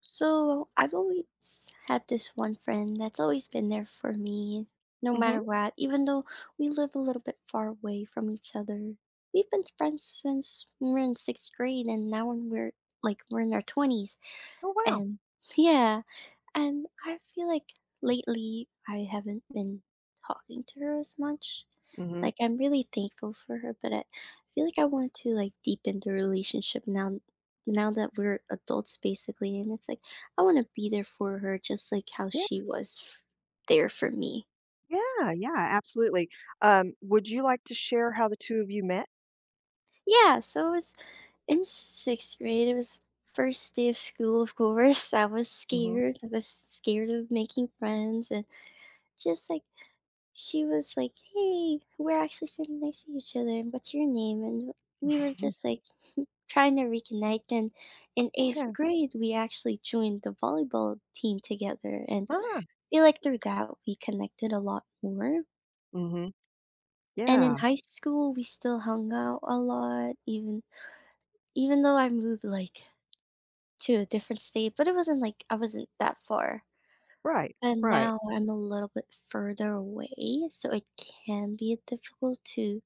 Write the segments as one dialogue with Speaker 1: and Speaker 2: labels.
Speaker 1: So I've always had this one friend that's always been there for me, no
Speaker 2: Mhm.
Speaker 1: matter what, even though we live a little bit far away from each other. We've been friends since we were in sixth grade and now when we're like we're in our twenties
Speaker 2: Oh, wow.
Speaker 1: and yeah. And I feel like lately I haven't been talking to her as much.
Speaker 2: Mhm.
Speaker 1: Like I'm really thankful for her, but I feel like I want to like deepen the relationship now that we're adults basically and it's like I want to be there for her just like how
Speaker 2: Yeah,
Speaker 1: she was there for me.
Speaker 2: yeah, yeah, absolutely. Would you like to share how the 2 of you met?
Speaker 1: Yeah, so it was in 6th grade. It was first day of school, of course. I was
Speaker 2: Mhm.
Speaker 1: scared. I was scared of making friends and just like she was like, "Hey, we're actually sitting next to each other, and what's your name?" And we were just like trying to reconnect. And in eighth
Speaker 2: Yeah.
Speaker 1: grade, we actually joined the volleyball team together, and
Speaker 2: Ah.
Speaker 1: I feel like through that we connected a lot more.
Speaker 2: Mhm.
Speaker 1: And in
Speaker 2: Yeah.
Speaker 1: high school, we still hung out a lot, even though I moved like to a different state, but it wasn't like I wasn't that far.
Speaker 2: Right,
Speaker 1: And
Speaker 2: right.
Speaker 1: now I'm a little bit further away, so it can be difficult to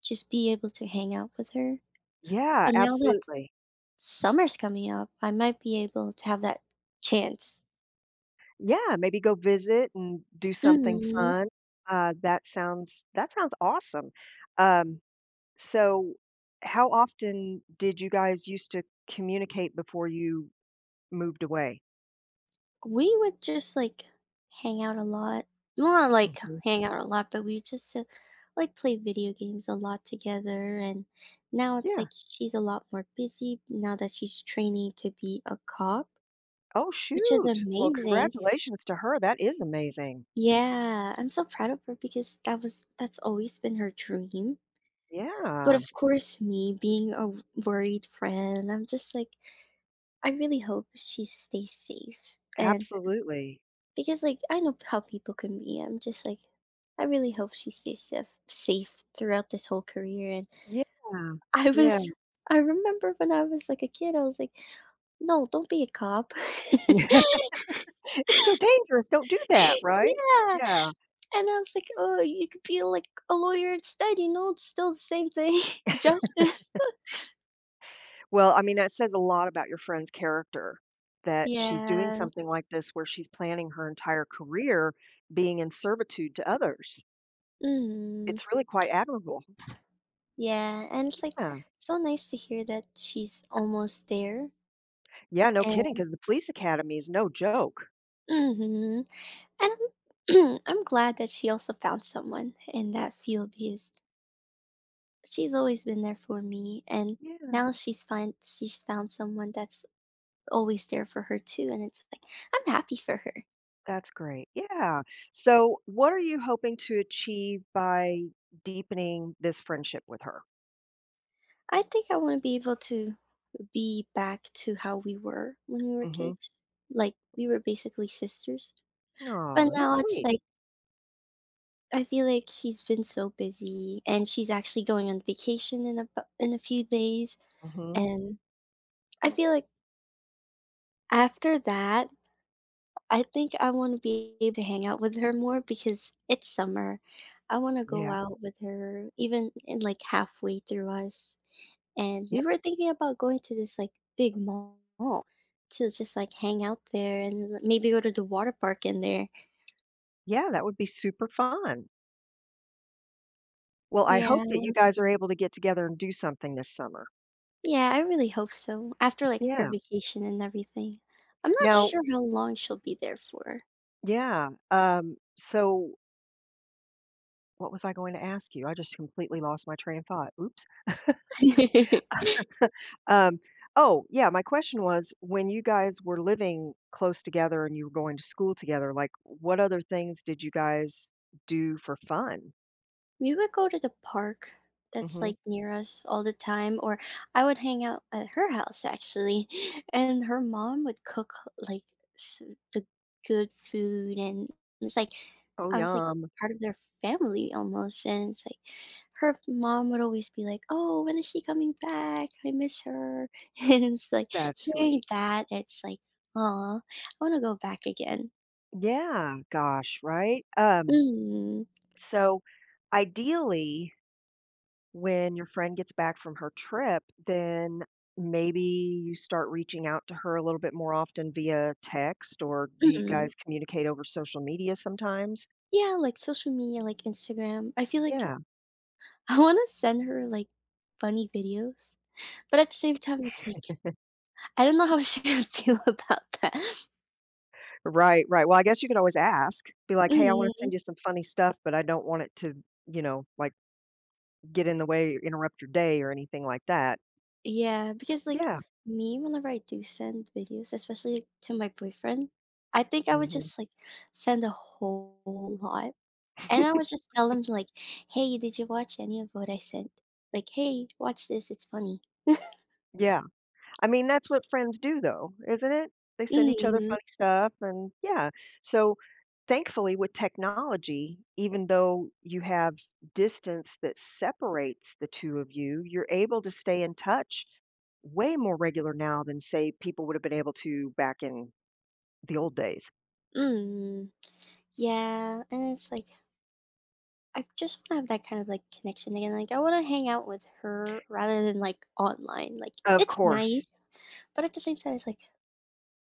Speaker 1: just be able to hang out with her.
Speaker 2: Yeah,
Speaker 1: But now that
Speaker 2: absolutely.
Speaker 1: summer's coming up, I might be able to have that chance.
Speaker 2: Yeah, maybe go visit and do something
Speaker 1: Mhm.
Speaker 2: fun. That sounds awesome. Um, so how often did you guys used to communicate before you moved away?
Speaker 1: We would just, like, hang out a lot. Well, not, like,
Speaker 2: Mhm.
Speaker 1: hang out a lot, but we just sit like, play video games a lot together, and now it's
Speaker 2: Yeah.
Speaker 1: like she's a lot more busy now that she's training to be a cop,
Speaker 2: Oh,
Speaker 1: which is
Speaker 2: shoot. Well,
Speaker 1: amazing.
Speaker 2: congratulations to her. That is amazing.
Speaker 1: Yeah, I'm so proud of her because that's always been her dream. But
Speaker 2: Yeah,
Speaker 1: of course, me being a worried friend, I'm just like, I really hope she stays safe. And
Speaker 2: absolutely.
Speaker 1: because, like, I know how people can be, I'm just like, I really hope she stays safe throughout this whole career. And
Speaker 2: Yeah,
Speaker 1: I
Speaker 2: yeah.
Speaker 1: was, I remember when I was like a kid, I was like, no, don't be a cop.
Speaker 2: It's so dangerous, don't do that, right?
Speaker 1: Yeah.
Speaker 2: Yeah.
Speaker 1: And I was like, oh, you could be like a lawyer instead, you know, it's still the same thing. Justice.
Speaker 2: Well, I mean, that says a lot about your friend's character that she's doing
Speaker 1: Yeah.
Speaker 2: something like this where she's planning her entire career being in servitude to others.
Speaker 1: Mm.
Speaker 2: It's really quite admirable.
Speaker 1: Yeah, and it's like
Speaker 2: Yeah.
Speaker 1: so nice to hear that she's almost there.
Speaker 2: Yeah, no kidding,
Speaker 1: And
Speaker 2: because the police academy is no joke.
Speaker 1: mhm. And I'm I'm glad that she also found someone in that field because she's always been there for me and
Speaker 2: Yeah,
Speaker 1: now she's found someone that's always there for her too and it's like I'm happy for her.
Speaker 2: that's great. Yeah. So, what are you hoping to achieve by deepening this friendship with her?
Speaker 1: I think I want to be able to be back to how we were when we were
Speaker 2: Mhm.
Speaker 1: kids. Like we were basically sisters. But
Speaker 2: Oh, that's
Speaker 1: now it's
Speaker 2: sweet.
Speaker 1: like I feel like she's been so busy, and she's actually going on vacation in a few days,
Speaker 2: Mhm.
Speaker 1: and I feel like after that, I think I want to be able to hang out with her more because it's summer. I want to go
Speaker 2: Yeah.
Speaker 1: out with her, even in like halfway through us. And
Speaker 2: Ye
Speaker 1: we were thinking about going to this like big mall to just like hang out there and like, maybe go to the water park in there.
Speaker 2: Yeah, that would be super fun. Well, I
Speaker 1: Yeah.
Speaker 2: hope that you guys are able to get together and do something this summer.
Speaker 1: Yeah, I really hope so, after, like, her
Speaker 2: Yeah.
Speaker 1: vacation and everything. I'm not
Speaker 2: Now
Speaker 1: sure how long she'll be there for.
Speaker 2: yeah, so what was I going to ask you? I just completely lost my train of thought. Oops. Um, oh, yeah, my question was, when you guys were living close together and you were going to school together, like, what other things did you guys do for fun?
Speaker 1: We would go to the park that's,
Speaker 2: Mhm.
Speaker 1: like, near us all the time, or I would hang out at her house actually, and her mom would cook, like, s the good food, and it's like
Speaker 2: Oh,
Speaker 1: I was, like,
Speaker 2: yum.
Speaker 1: part of their family almost, and it's like her f mom would always be like, "Oh, when is she coming back? I miss her." And it's like
Speaker 2: That's
Speaker 1: hearing
Speaker 2: sweet.
Speaker 1: that, it's like, "Aw, I wanna go back again."
Speaker 2: Yeah, gosh, right?
Speaker 1: Mm,
Speaker 2: So, ideally, when your friend gets back from her trip, then maybe you start reaching out to her a little bit more often via text, or do you
Speaker 1: mm.
Speaker 2: guys communicate over social media sometimes?
Speaker 1: Yeah, like, social media, like Instagram, I feel like
Speaker 2: Yeah,
Speaker 1: I wanna send her, like, funny videos, but at the same time, it's like, I don't know how she would feel about that.
Speaker 2: right, right. Well, I guess you could always ask, be like, hey, I want to send
Speaker 1: Mhm.
Speaker 2: you some funny stuff, but I don't want it to, you know, like get in the way or interrupt your day or anything like that.
Speaker 1: Yeah, because, like,
Speaker 2: Yeah.
Speaker 1: me, whenever I do send videos, especially like, to my boyfriend, I think I would
Speaker 2: hmm
Speaker 1: just, like, send a whole lot, and I would just tell him, like, "Hey, did you watch any of what I sent?" Like, "Hey, watch this, it's funny."
Speaker 2: Yeah. I mean, that's what friends do though, isn't it? They send each other
Speaker 1: Mhm,
Speaker 2: funny stuff and yeah. So thankfully with technology, even though you have distance that separates the two of you, you're able to stay in touch way more regular now than say people would have been able to back in the old days.
Speaker 1: mhm. Yeah, and it's like I just want to have that kind of like connection again. Like I want to hang out with her rather than like online. Like
Speaker 2: Of
Speaker 1: it's
Speaker 2: course.
Speaker 1: nice, but at the same time, it's like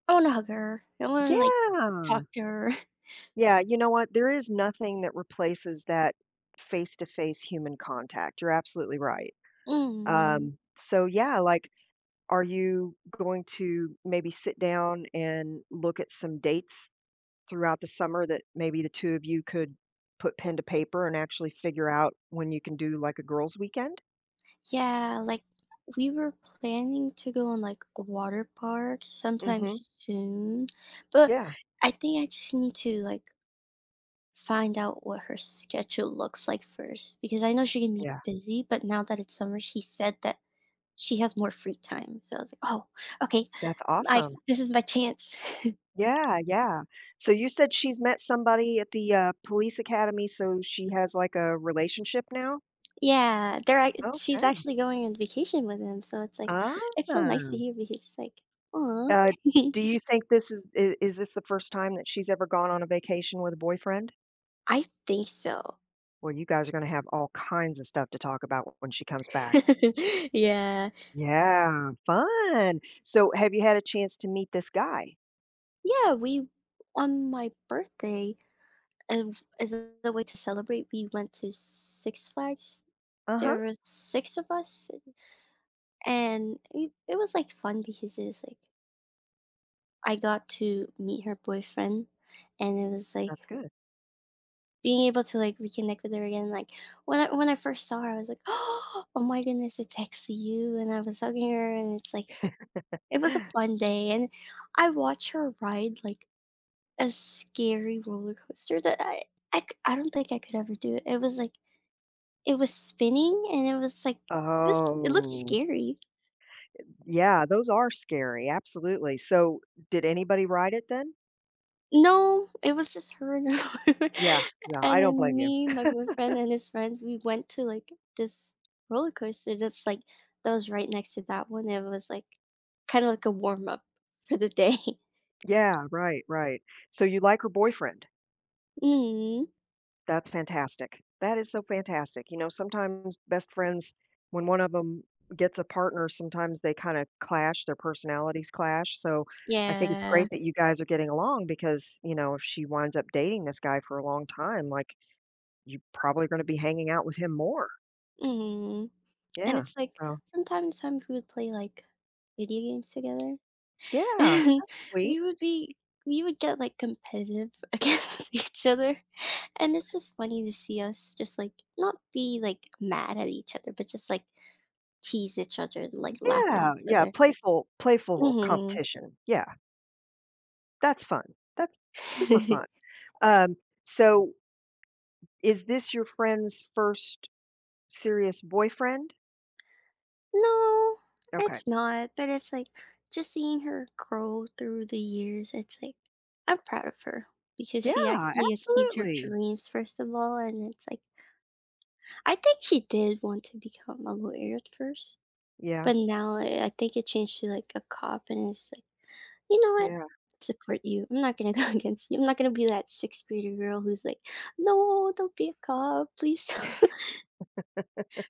Speaker 1: I want to hug her. I want to like
Speaker 2: Yeah.
Speaker 1: talk to her.
Speaker 2: Yeah, you know what? There is nothing that replaces that face-to-face human contact. You're absolutely right.
Speaker 1: Mm.
Speaker 2: So yeah, like are you going to maybe sit down and look at some dates throughout the summer that maybe the 2 of you could put pen to paper and actually figure out when you can do, like, a girls' weekend?
Speaker 1: Yeah, like we were planning to go on like a water park sometime
Speaker 2: Mhm.
Speaker 1: soon, but
Speaker 2: Yeah,
Speaker 1: I think I just need to like find out what her schedule looks like first because I know she can be
Speaker 2: yeah,
Speaker 1: busy, but now that it's summer, she said that She has more free time, so I was like, "Oh, okay,
Speaker 2: that's
Speaker 1: like,
Speaker 2: awesome.
Speaker 1: this is my chance."
Speaker 2: Yeah, yeah. So you said she's met somebody at the, police academy, so she has, like, a relationship now?
Speaker 1: Yeah, they're ac she's
Speaker 2: Okay.
Speaker 1: actually going on vacation with him, so it's like
Speaker 2: Ah.
Speaker 1: it's so nice to hear because it's like, "Aw."
Speaker 2: Uh, do you think this is I is this the first time that she's ever gone on a vacation with a boyfriend?
Speaker 1: I think so.
Speaker 2: Well, you guys are gonna have all kinds of stuff to talk about when she comes back.
Speaker 1: Yeah.
Speaker 2: Yeah, fun. So have you had a chance to meet this guy?
Speaker 1: Yeah, we on my birthday, and as a way to celebrate, we went to Six Flags.
Speaker 2: Uh-huh,
Speaker 1: There were 6 of us, and it was, like, fun because it was, like I got to meet her boyfriend, and it was
Speaker 2: that's
Speaker 1: like
Speaker 2: good.
Speaker 1: being able to like reconnect with her again. Like when I first saw her, I was like, oh my goodness, it's actually you. And I was hugging her, and it's like it was a fun day. And I watched her ride like a scary roller coaster that I don't think I could ever do it. It was like it was spinning, and it was like this. It looked
Speaker 2: Oh,
Speaker 1: scary.
Speaker 2: yeah, those are scary, absolutely. So did anybody ride it then?
Speaker 1: No, it was just her and her boyfriend,
Speaker 2: Yeah, yeah, I
Speaker 1: and
Speaker 2: don't
Speaker 1: then
Speaker 2: blame you.
Speaker 1: me, my boyfriend, and his friends, we went to, like, this roller coaster that's, like that was right next to that one, it was, like, kinda like a warm up for the day.
Speaker 2: Yeah, right, right. So you like her boyfriend?
Speaker 1: Mhm.
Speaker 2: That's fantastic. That is so fantastic. You know, sometimes best friends, when one of them gets a partner, sometimes they kind of clash, their personalities clash. So I think it's
Speaker 1: Yeah.
Speaker 2: great that you guys are getting along because, you know, if she winds up dating this guy for a long time, like you're probably going to be hanging out with him more.
Speaker 1: Mhm. And
Speaker 2: Yeah.
Speaker 1: it's, like,
Speaker 2: So,
Speaker 1: from time to time, we would play, like, video games together,
Speaker 2: yeah,
Speaker 1: and
Speaker 2: that's sweet.
Speaker 1: we would be we would get, like, competitive against each other. And it's just funny to see us just like not be like mad at each other, but just like tease each other and like laugh at
Speaker 2: Yeah.
Speaker 1: each
Speaker 2: Yeah.
Speaker 1: other.
Speaker 2: Playful
Speaker 1: Mhm.
Speaker 2: competition. Yeah. That's fun. That's super fun. Um, so is this your friend's first serious boyfriend?
Speaker 1: No,
Speaker 2: Okay.
Speaker 1: it's not. But it's like just seeing her grow through the years. It's like I'm proud of her because she
Speaker 2: Yeah,
Speaker 1: actually achieved her
Speaker 2: absolutely.
Speaker 1: dreams first of all, and it's like I think she did want to become a lawyer at first,
Speaker 2: Yeah,
Speaker 1: but now I think it changed to like a cop, and it's like you know what?
Speaker 2: yeah.
Speaker 1: Support you. I'm not gonna go against you. I'm not gonna be that sixth grader girl who's like, "No, don't be a cop, please."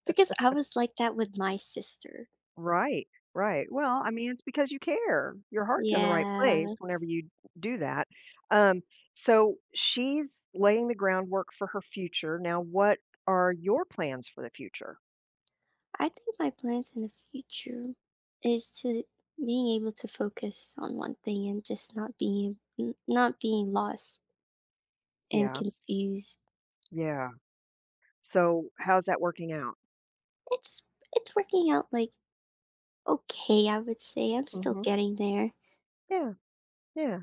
Speaker 1: because I was like that with my sister.
Speaker 2: Right, right. Well, I mean, it's because you care. Your heart's in the right
Speaker 1: Yeah,
Speaker 2: place whenever you do that. Um, so she's laying the groundwork for her future. Now, what are your plans for the future?
Speaker 1: I think my plans in the future is to being able to focus on one thing and just not being not being lost and
Speaker 2: Yeah,
Speaker 1: confused.
Speaker 2: yeah. So how's that working out?
Speaker 1: It's it's working out like okay, I would say. I'm still
Speaker 2: hmm
Speaker 1: getting there.
Speaker 2: Yeah, yeah.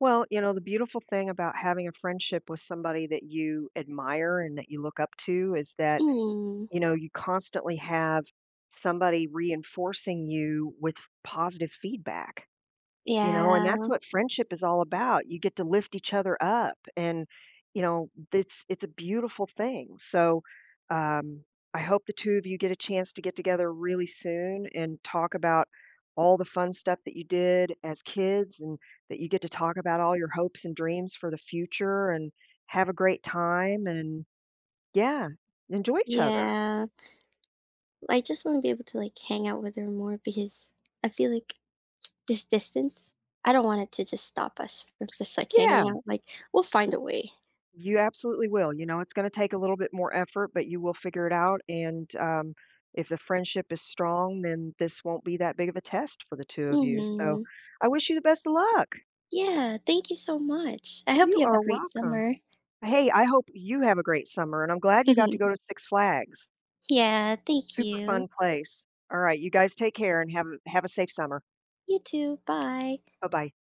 Speaker 2: Well, you know, the beautiful thing about having a friendship with somebody that you admire and that you look up to is that
Speaker 1: Mm,
Speaker 2: you know, you constantly have somebody reinforcing you with positive feedback, you know, and right, that's
Speaker 1: yeah,
Speaker 2: what friendship is all about. You get to lift each other up and, you know, it's a beautiful thing. So, um, I hope the two of you get a chance to get together really soon and talk about all the fun stuff that you did as kids and that you get to talk about all your hopes and dreams for the future and have a great time and yeah, enjoy each other.
Speaker 1: yeah. I just want to be able to like hang out with her more because I feel like this distance, I don't want it to just stop us from just like
Speaker 2: Yeah.
Speaker 1: hanging out. Like we'll find a way.
Speaker 2: You absolutely will, you know, it's gonna take a little bit more effort, but you will figure it out, and, if the friendship is strong, then this won't be that big of a test for the 2 of you, so
Speaker 1: Hmm.
Speaker 2: I wish you the best of luck.
Speaker 1: Yeah, thank you so much. I hope
Speaker 2: You
Speaker 1: you have a
Speaker 2: are
Speaker 1: great
Speaker 2: welcome.
Speaker 1: summer.
Speaker 2: Hey, I hope you have a great summer, and I'm glad you got to go to Six Flags.
Speaker 1: Yeah, thank
Speaker 2: Super fun
Speaker 1: you.
Speaker 2: place. All right, you guys take care and have a safe summer.
Speaker 1: You too. Bye.
Speaker 2: Bye-bye.